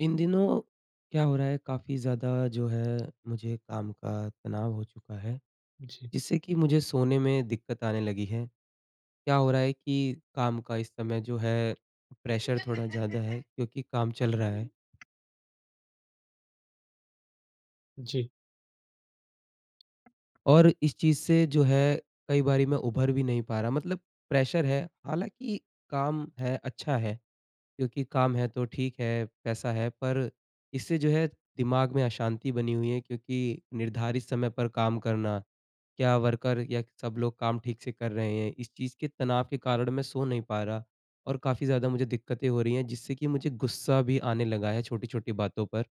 इन दिनों क्या हो रहा है काफ़ी ज़्यादा जो है, मुझे काम का तनाव हो चुका है, जी, जिससे कि मुझे सोने में दिक्कत आने लगी है। क्या हो रहा है कि काम का इस समय जो है प्रेशर थोड़ा ज़्यादा है क्योंकि काम चल रहा है हुँ। जी, और इस चीज़ से जो है कई बारी मैं उभर भी नहीं पा रहा, मतलब प्रेशर है, हालाँकि काम है, अच्छा है, क्योंकि काम है तो ठीक है, पैसा है, पर इससे जो है दिमाग में अशांति बनी हुई है क्योंकि निर्धारित समय पर काम करना, क्या वर्कर या सब लोग काम ठीक से कर रहे हैं? इस चीज़ के तनाव के कारण मैं सो नहीं पा रहा और काफ़ी ज़्यादा मुझे दिक्कतें हो रही हैं, जिससे कि मुझे गुस्सा भी आने लगा है छोटी-छोटी बातों पर।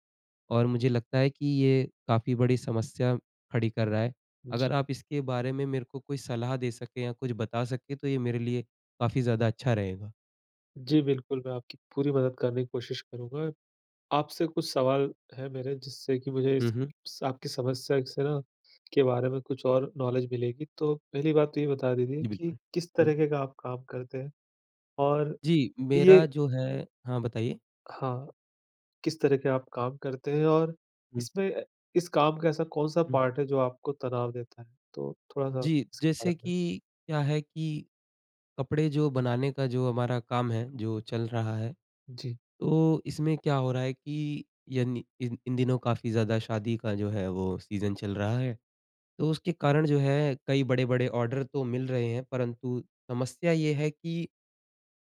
और मुझे लगता है कि ये काफ़ी बड़ी समस्या खड़ी कर रहा है। अगर जी। आप इसके बारे में मेरे को कोई सलाह दे सकें या कुछ बता सकें, तो ये मेरे लिए काफ़ी ज़्यादा अच्छा रहेगा। जी, बिल्कुल, मैं आपकी पूरी मदद करने की कोशिश करूँगा। आपसे कुछ सवाल है मेरे, जिससे कि मुझे हुँ, इस हुँ। स आपकी समस्या से ना के बारे में कुछ और नॉलेज मिलेगी। तो पहली बात तो ये बता दीजिए जी, कि बिल्कुल। किस हुँ। तरीके का आप काम करते हैं? और जी, ये मेरा जो है। हाँ, बताइए। हाँ, किस तरह के आप काम करते हैं, और हुँ, इसमें इस काम का ऐसा कौन-सा हुँ। पार्ट है जो आपको तनाव देता है? तो थोड़ा-सा जी, इसके जैसे बारे में। कि क्या है कि कपड़े जो बनाने का जो हमारा काम है, जो चल रहा है, जी, तो इसमें क्या हो रहा है कि यानी इन इन दिनों काफ़ी ज़्यादा शादी का जो है वो सीज़न चल रहा है, तो उसके कारण जो है कई बड़े-बड़े ऑर्डर तो मिल रहे हैं, परंतु समस्या ये है कि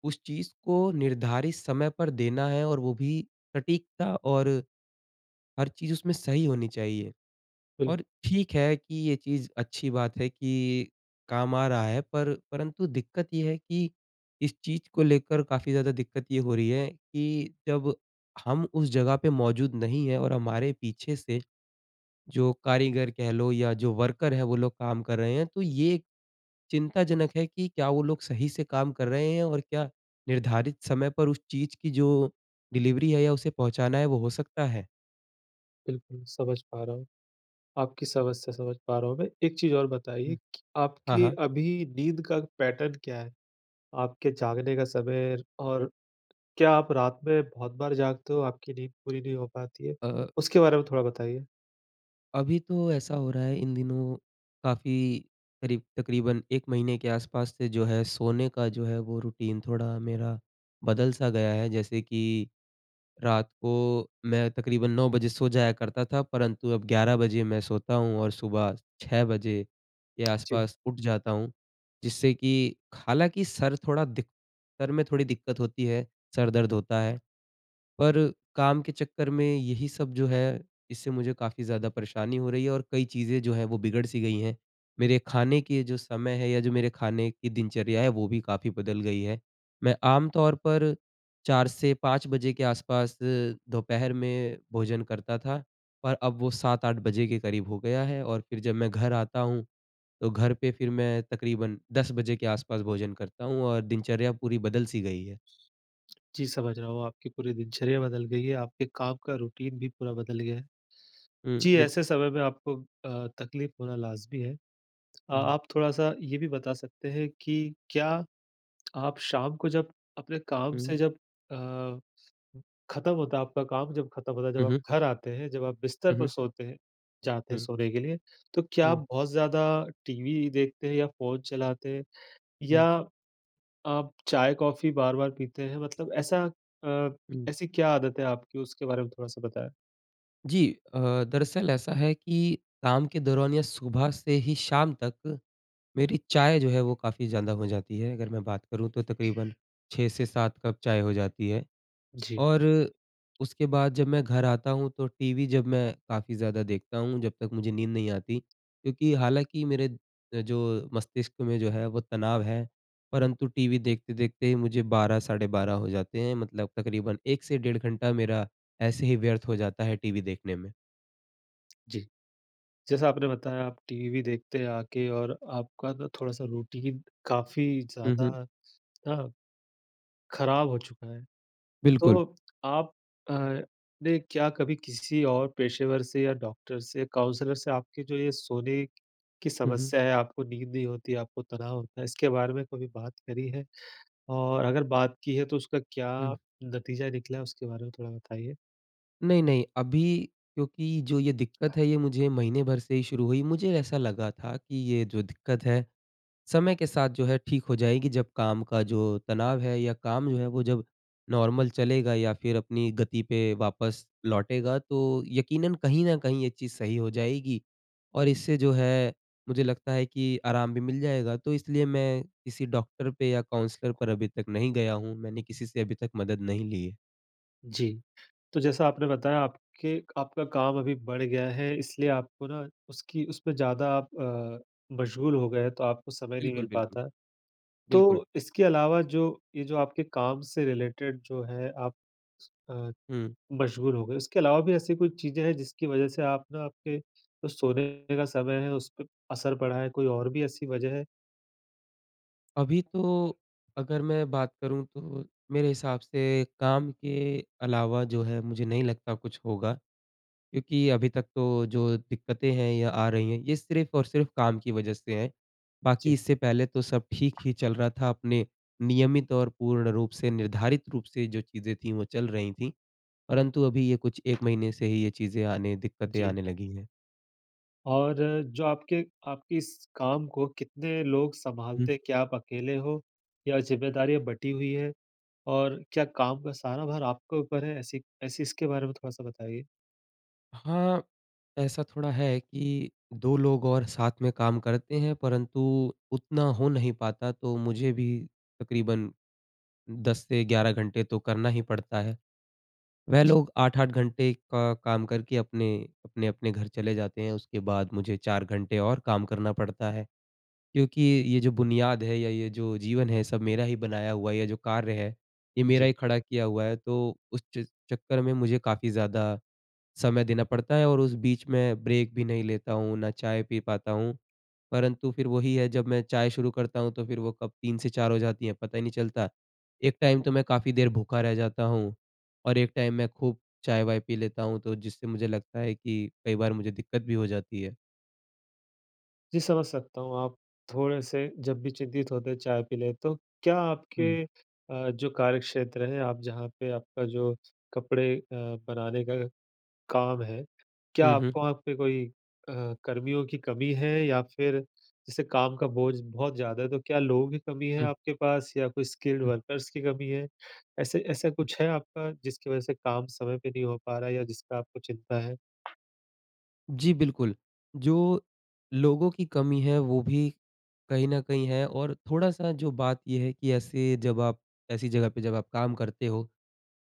उस चीज़ को निर्धारित समय पर देना है और वो भी सटीकता और हर चीज़ उसमें सही होनी चाहिए। बिल और ठीक है कि ये चीज़ अच्छी बात है कि काम आ रहा है, पर परंतु दिक्कत ये है कि इस चीज़ को लेकर काफ़ी ज़्यादा दिक्कत ये हो रही है कि जब हम उस जगह पे मौजूद नहीं हैं और हमारे पीछे से जो कारीगर कह लो या जो वर्कर है वो लोग काम कर रहे हैं, तो ये एक चिंताजनक है कि क्या वो लोग सही से काम कर रहे हैं और क्या निर्धारित समय पर उस चीज़ की जो डिलीवरी है या उसे पहुँचाना है वो हो सकता है? बिल्कुल, समझ पा रहा हूँ। आपकी समस्या समझ पा रहा हूँ मैं। एक चीज़ और बताइए हुँ। कि हाँ, आपकी हाँ। अभी नींद का पैटर्न क्या है? आपके जागने का समय, और क्या आप रात में बहुत बार जागते हो, आपकी नींद पूरी नहीं हो पाती है? अ उसके बारे में थोड़ा बताइए। अभी तो ऐसा हो रहा है, इन दिनों काफ़ी करीब तकरीबन 1 महीने के आसपास से जो है सोने का जो है वो रूटीन थोड़ा मेरा बदल सा गया है। जैसे कि रात को मैं तकरीबन 9 बजे सो जाया करता था, परंतु अब 11 बजे मैं सोता हूँ और सुबह 6 बजे के जी। आसपास उठ जाता हूँ। जिससे कि हालाँकि सर में थोड़ी दिक्कत होती है, सर दर्द होता है। पर काम के चक्कर में यही सब जो है, इससे मुझे काफ़ी ज़्यादा परेशानी हो रही है और कई चीज़ें जो हैं वो बिगड़-सी गई हैं। मेरे खाने के जो समय है या जो मेरे खाने की दिनचर्या है वो भी काफ़ी बदल गई है। मैं आम तौर पर 4 से 5 बजे के आस-पास दोपहर में भोजन करता था, पर अब वो 7-8 बजे के करीब हो गया है और फिर जब मैं घर आता हूँ, तो घर पे फिर मैं तकरीबन 10 बजे के आस-पास भोजन करता हूँ और दिनचर्या पूरी बदल-सी गई है। जी, समझ रहा हूँ, आपकी पूरी दिनचर्या बदल गई है, आपके काम का रूटीन भी पूरा बदल गया है। हुँ, जी, ऐसे बिल्कुल। समय में आपको तकलीफ़ होना लाज़मी है। हुँ, आप थोड़ा-सा ये भी बता सकते हैं कि क्या आप शाम को जब अपने काम हुँ। से जब अ खत्म होता है, आपका काम जब खत्म होता है, जब हुँ, आप हुँ। घर आते हैं, जब आप बिस्तर हुँ, पर हुँ। सोते हैं, जाते हैं हुँ, सोने के लिए, तो क्या आप हुँ, बहुत ज़्यादा टीवी देखते हैं या फ़ोन चलाते हैं, हुँ, या आप चाय-कॉफ़ी बार-बार पीते हैं? मतलब ऐसा अ, हुँ। ऐसी क्या आदत है आपकी, उसके बारे में थोड़ा-सा बताएँ? जी। दरअसल ऐसा है कि काम के दौरान या सुबह से ही शाम तक मेरी चाय जो है वो काफ़ी ज़्यादा हो जाती है। अगर मैं बात करूँ तो तकरीबन 6 से 7 कप चाय हो जाती है। जी, और उसके बाद जब मैं घर आता हूँ तो टीवी जब मैं काफ़ी ज़्यादा देखता हूँ जब तक मुझे नींद नहीं आती, क्योंकि हालाँकि मेरे जो मस्तिष्क में जो है वो तनाव है, परंतु टीवी देखते-देखते ही मुझे 12 साढ़े 12 हो जाते हैं, मतलब तकरीबन 1 से डेढ़ घंटा मेरा ऐसे ही व्यर्थ हो जाता है टीवी देखने में। जी। जैसा आपने बताया, आप टीवी भी देखते हैं आके, और आपका ना थोड़ा-सा रूटीन काफ़ी हुँ, ज़्यादा हुँ। ना खराब हो चुका है। बिल्कुल। तो आप अ, ने क्या कभी किसी और पेशेवर से या डॉक्टर से, काउंसलर से आपके जो ये सोने की हुँ, हुँ, समस्या है, आपको नींद नहीं होती, आपको तनाव होता है, इसके बारे में कभी बात करी है? और अगर बात की है तो उसका क्या हुँ। नतीजा निकला है, उसके बारे में थोड़ा बताइए? नहीं, नहीं, अभी क्योंकि जो ये दिक्कत है ये मुझे महीने भर से ही शुरू हुई। मुझे ऐसा लगा था कि ये जो दिक्कत है समय के साथ जो है ठीक हो जाएगी, जब काम का जो तनाव है या काम जो है वो जब नॉर्मल चलेगा या फिर अपनी गति पे वापस लौटेगा, तो यकीनन कहीं न कहीं ये चीज़ सही हो जाएगी और इससे जो है मुझे लगता है कि आराम भी मिल जाएगा। तो इसलिए मैं किसी डॉक्टर पे या काउंसलर पर अभी तक नहीं गया हूँ। मैंने किसी से अभी तक मदद नहीं ली है। जी। तो जैसा आपने बताया, आपके आपका काम अभी बढ़ गया है, इसलिए आपको ना उसकी उसमें ज़्यादा आप मशगूल हो गए हैं, तो आपको समय नहीं बिल्कुल, मिल बिल्कुल, पाता। बिल्कुल। तो इसके अलावा जो ये जो आपके काम से रिलेटेड जो है, आप अ, हुँ। मशगूल हो गए, उसके अलावा भी ऐसी कोई चीज़ें हैं जिसकी वजह से आप ना आपके जो सोने का समय है उस पे असर पड़ा है, कोई और भी ऐसी वजह है? अभी तो अगर मैं बात करूँ तो मेरे हिसाब से काम के अलावा जो है मुझे नहीं लगता कुछ होगा। क्योंकि अभी तक तो जो दिक्कतें हैं या आ रही हैं ये सिर्फ़ और सिर्फ़ काम की वज़ह से हैं। बाकी जी। इससे पहले तो सब ठीक ही चल रहा था, अपने नियमित और पूर्ण रूप से निर्धारित रूप से जो चीज़ें थीं वो चल रही थीं। परंतु अभी ये कुछ 1 महीने से ही ये चीज़ें आने दिक्कतें जी। आने लगी हैं। और जो आपके आपके इस काम को कितने लोग सँभालते हैं? क्या आप अकेले हो या ज़िम्मेदारियाँ बँटी हुई हैं? और क्या काम का सारा भार आपके ऊपर है? ऐसी ऐसी इसके बारे में थोड़ा-सा बताइए? हाँ, ऐसा थोड़ा है कि 2 लोग और साथ में काम करते हैं, परंतु उतना हो नहीं पाता, तो मुझे भी तकरीबन 10 से 11 घंटे तो करना ही पड़ता है। वह लोग 8-8 घंटे का काम करके अपने-अपने घर चले जाते हैं, उसके बाद मुझे 4 घंटे और काम करना पड़ता है। क्योंकि ये जो बुनियाद है या ये जो जीवन है, सब मेरा ही बनाया हुआ है, ये जो कार्य है, ये मेरा जी। ही खड़ा किया हुआ है, तो उस च चक्कर में मुझे काफ़ी ज़्यादा समय देना पड़ता है और उस बीच में ब्रेक भी नहीं लेता हूँ, ना चाय पी पाता हूँ। परंतु फिर वही है, जब मैं चाय शुरू करता हूँ तो फिर वो कब 3 से 4 हो जाती है, पता ही नहीं चलता। एक टाइम तो मैं काफ़ी देर भूखा रह जाता हूँ और एक टाइम मैं खूब चाय-वाय पी लेता हूँ, तो जिससे मुझे लगता है कि कई बार मुझे दिक्कत भी हो जाती है। जी, समझ सकता हूँ। आप थोड़े-से जब भी चिंतित होते हैं, चाय पी लें। तो क्या जी। आपके जो कार्यक्षेत्र है, आप जहाँ पे आपका जो कपड़े बनाने का काम है, क्या हुँ, हुँ, आपको वहाँ पे कोई अ, कर्मियों की कमी है, या फिर जैसे काम का बोझ बहुत ज़्यादा है, तो क्या लोगों की कमी है हुँ, आपके पास, या कोई स्किल्ड हुँ, वर्कर्स की कमी है? ऐसे ऐसा हुँ। कुछ है आपका जिसकी वज़ह से काम समय पे नहीं हो पा रहा है या जिसका आपको चिंता है? जी, बिल्कुल। जो लोगों की कमी है वो भी कहीं न कहीं है और थोड़ा-सा जो बात ये है कि ऐसे जब आप ऐसी जगह पे जब आप काम करते हो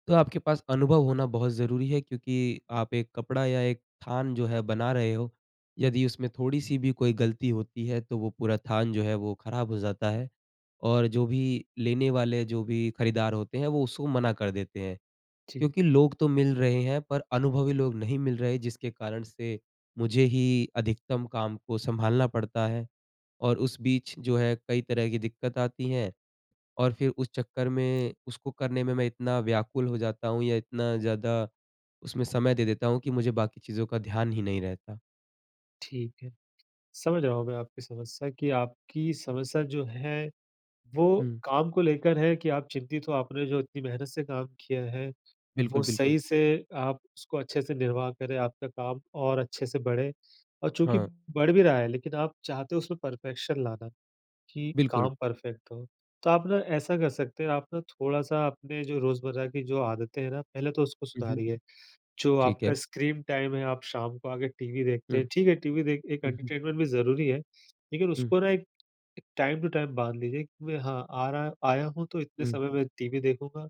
तो आपके पास अनुभव होना बहुत ज़रूरी है, क्योंकि आप एक कपड़ा या एक थान जो है बना रहे हो, यदि उसमें थोड़ी-सी भी कोई गलती होती है तो वो पूरा थान जो है वो ख़राब हो जाता है। और जो भी लेने वाले जो भी खरीदार होते हैं वो उसको मना कर देते हैं। जी, क्योंकि लोग तो मिल रहे हैं पर अनुभवी लोग नहीं मिल रहे, जिसके कारण से मुझे ही अधिकतम काम को सँभालना पड़ता है और उस बीच जो है कई तरह की दिक्कत आती हैं। और फिर उस चक्कर में उसको करने में मैं इतना व्याकुल हो जाता हूँ या इतना ज़्यादा उसमें समय दे देता हूँ कि मुझे बाकी चीज़ों का ध्यान ही नहीं रहता। ठीक है। समझ रहा हूँ मैं आपकी समस्या जो है, वो हुँ, काम को लेकर है, कि आप चिंतित हो, आपने जो इतनी मेहनत से काम किया है, बिल्कुल, वो बिल्कुल। सही से आप उसको अच्छे से निर्वाह करें, आपका काम और अच्छे से बढ़े, और चूँकि हाँ, बढ़ भी रहा है, लेकिन आप चाहते हो उसमें परफ़ेक्शन लाना, कि बिल्कुल। काम परफ़ेक्ट हो। तो आप ना ऐसा कर सकते हैं, आप ना थोड़ा-सा अपने जो रोज़मर्रा की जो आदतें हैं ना, पहले तो उसको हुँ, हुँ, सुधारिए। जो ठीक है। आपका स्क्रीन टाइम है, आप शाम को आके टीवी देखते हैं, हुँ, ठीक है, टीवी देख एक हुँ, हुँ, एंटरटेनमेंट भी ज़रूरी है, लेकिन हुँ, उसको ना एक एक टाइम टू टाइम बाँध लीजिए, कि मैं हाँ, आ रहा आया हूँ तो इतने हुँ, समय में टीवी देखूँगा,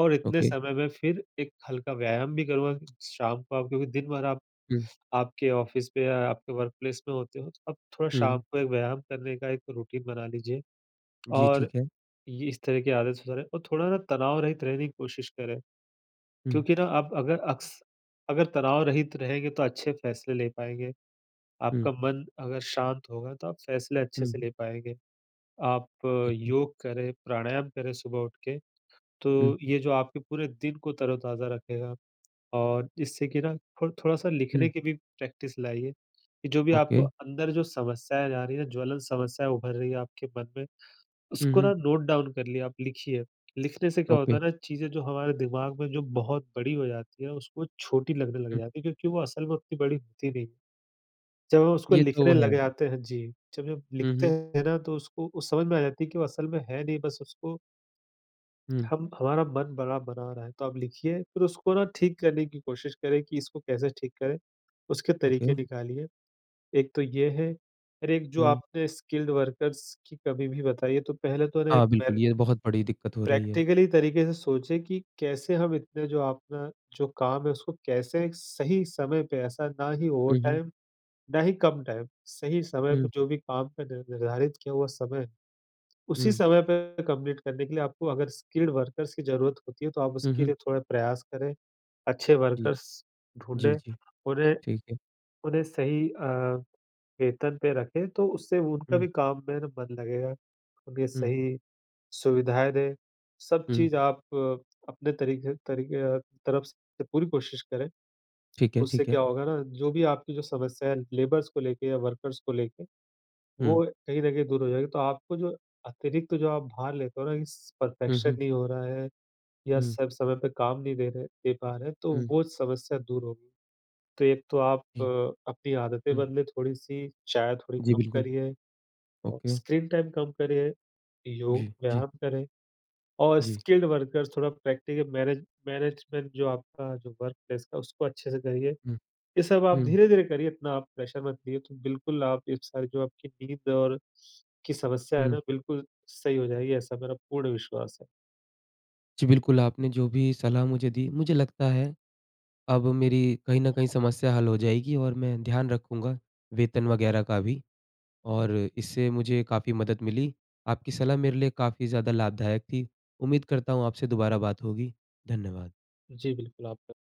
और इतने ओके। समय में फिर एक हल्का व्यायाम भी करूँगा, कि शाम को आप, क्योंकि दिन भर आप हुँ, आपके ऑफ़िस पे या आपके वर्क प्लेस में होते हो, तो आप थोड़ा शाम हुँ, को एक व्यायाम करने का एक रूटीन बना लीजिए। जी, और ठीक है। ये इस तरह की आदत सुधारें, और थोड़ा ना तनाव रहित रहने की कोशिश करें। हुँ, क्योंकि ना आप अगर तनाव रहित रहेंगे तो अच्छे फ़ैसले ले पाएँगे। हुँ, आपका मन अगर शांत होगा तो आप फ़ैसले अच्छे हुँ, से ले पाएँगे। आप ओके। योग करें, प्राणायाम करें सुबह उठ के, हुँ, तो ये जो आपके पूरे दिन को तरोताज़ा रखेगा। और इससे कि ना थो थोड़ा-सा हुँ, लिखने की भी प्रैक्टिस लाइए, कि जो भी ओके। आपको अंदर जो समस्याएँ आ रही हैं, ज्वलन समस्याएँ उभर रही है आपके मन में, हुँ, उसको हुँ, ना नोट डाउन कर लिया, आप लिखिए। लिखने से क्या ओके। होता है ना, चीज़ें जो हमारे दिमाग में जो बहुत बड़ी हो जाती है, उसको छोटी लगने लग हुँ, जाती है, क्योंकि वो असल में उतनी बड़ी होती नहीं है। जब हम उसको ये तो लिखने है। लग जाते हैं, जी, जब हम हुँ, लिखते हुँ, हैं ना, तो उसको वो समझ में आ जाती है कि वो असल में है नहीं, बस उसको हुँ, हम हमारा मन बड़ा बना रहा है। तो आप लिखिए, फिर उसको ना ठीक करने की कोशिश करें, कि इसको कैसे ठीक करें, उसके ओके। तरीके निकालिए। एक तो ये है, और एक जो हुँ, आपने स्किल्ड वर्कर्स की कमी भी बताई है, तो पहले तो ना एक हाँ, बिल्कुल, ये बहुत बड़ी दिक्कत हो रही है। प्रैक्टिकली तरीके से सोचे कि कैसे हम इतने जो अपना जो काम है उसको कैसे सही समय पे, ऐसा ना ही हुँ, हुँ, ओवरटाइम, ना ही कम टाइम, सही समय पे हुँ, जो भी काम का नि निर्धारित किया हुआ समय है, उसी हुँ, समय पे कंप्लीट करने के लिए आपको अगर स्किल्ड वर्कर्स की ज़रूरत होती है तो आप हुँ, उसके हुँ, लिए थोड़ा प्रयास करें। अच्छे जी, वर्कर्स जी, ढूँढें, जी, उन्हें ठीक है। उन्हें सही वेतन पे रखें, तो उससे उनका हुँ, भी काम में ना मन लगेगा, उनके हुँ, सही सुविधाएँ दें, सब हुँ। चीज़ आप अपने तरीके तरीके तरफ से पूरी कोशिश करें। ठीक है, उससे ठीक है। क्या होगा ना, जो भी आपकी जो समस्या है लेबर्स को लेके या वर्कर्स को लेके, वो हुँ, कहीं न कहीं दूर हो जाएगी। तो आपको जो अतिरिक्त जो आप भार लेते हो ना, इस हुँ, परफेक्शन हुँ, नहीं हो रहा है, या हुँ, सब समय पे काम नहीं दे पा रहे हैं, तो हुँ, वो समस्या दूर होगी। तो एक तो आप जी, अपनी आदतें हुँ, बदलें थोड़ी-सी, चाय थोड़ी जी, कम बिल्कुल। करिए, और ओके, स्क्रीन टाइम कम करिए, जी, योग, जी, व्यायाम करें। और जी, स्किल्ड वर्कर्स थोड़ा प्रैक्टिकल, मैनेजमेंट जो आपका जो वर्क प्लेस का, उसको अच्छे से करिए। हुँ, ये सब आप हुँ, धीरे-धीरे करिए, इतना आप प्रेशर मत लिए, तो बिल्कुल आप, ये सारी जो आपकी नींद और की समस्या है हुँ। ना, बिल्कुल सही हो जाएगी, ऐसा मेरा पूर्ण विश्वास है। जी, बिल्कुल, आपने जो भी सलाह मुझे दी, मुझे लगता है अब मेरी कहीं न कहीं समस्या हल हो जाएगी और मैं ध्यान रखूँगा वेतन वगैरह का भी और इससे मुझे काफ़ी मदद मिली। आपकी सलाह मेरे लिए काफ़ी ज़्यादा लाभदायक थी। उम्मीद करता हूँ आपसे दोबारा बात होगी। धन्यवाद। जी, बिल्कुल आप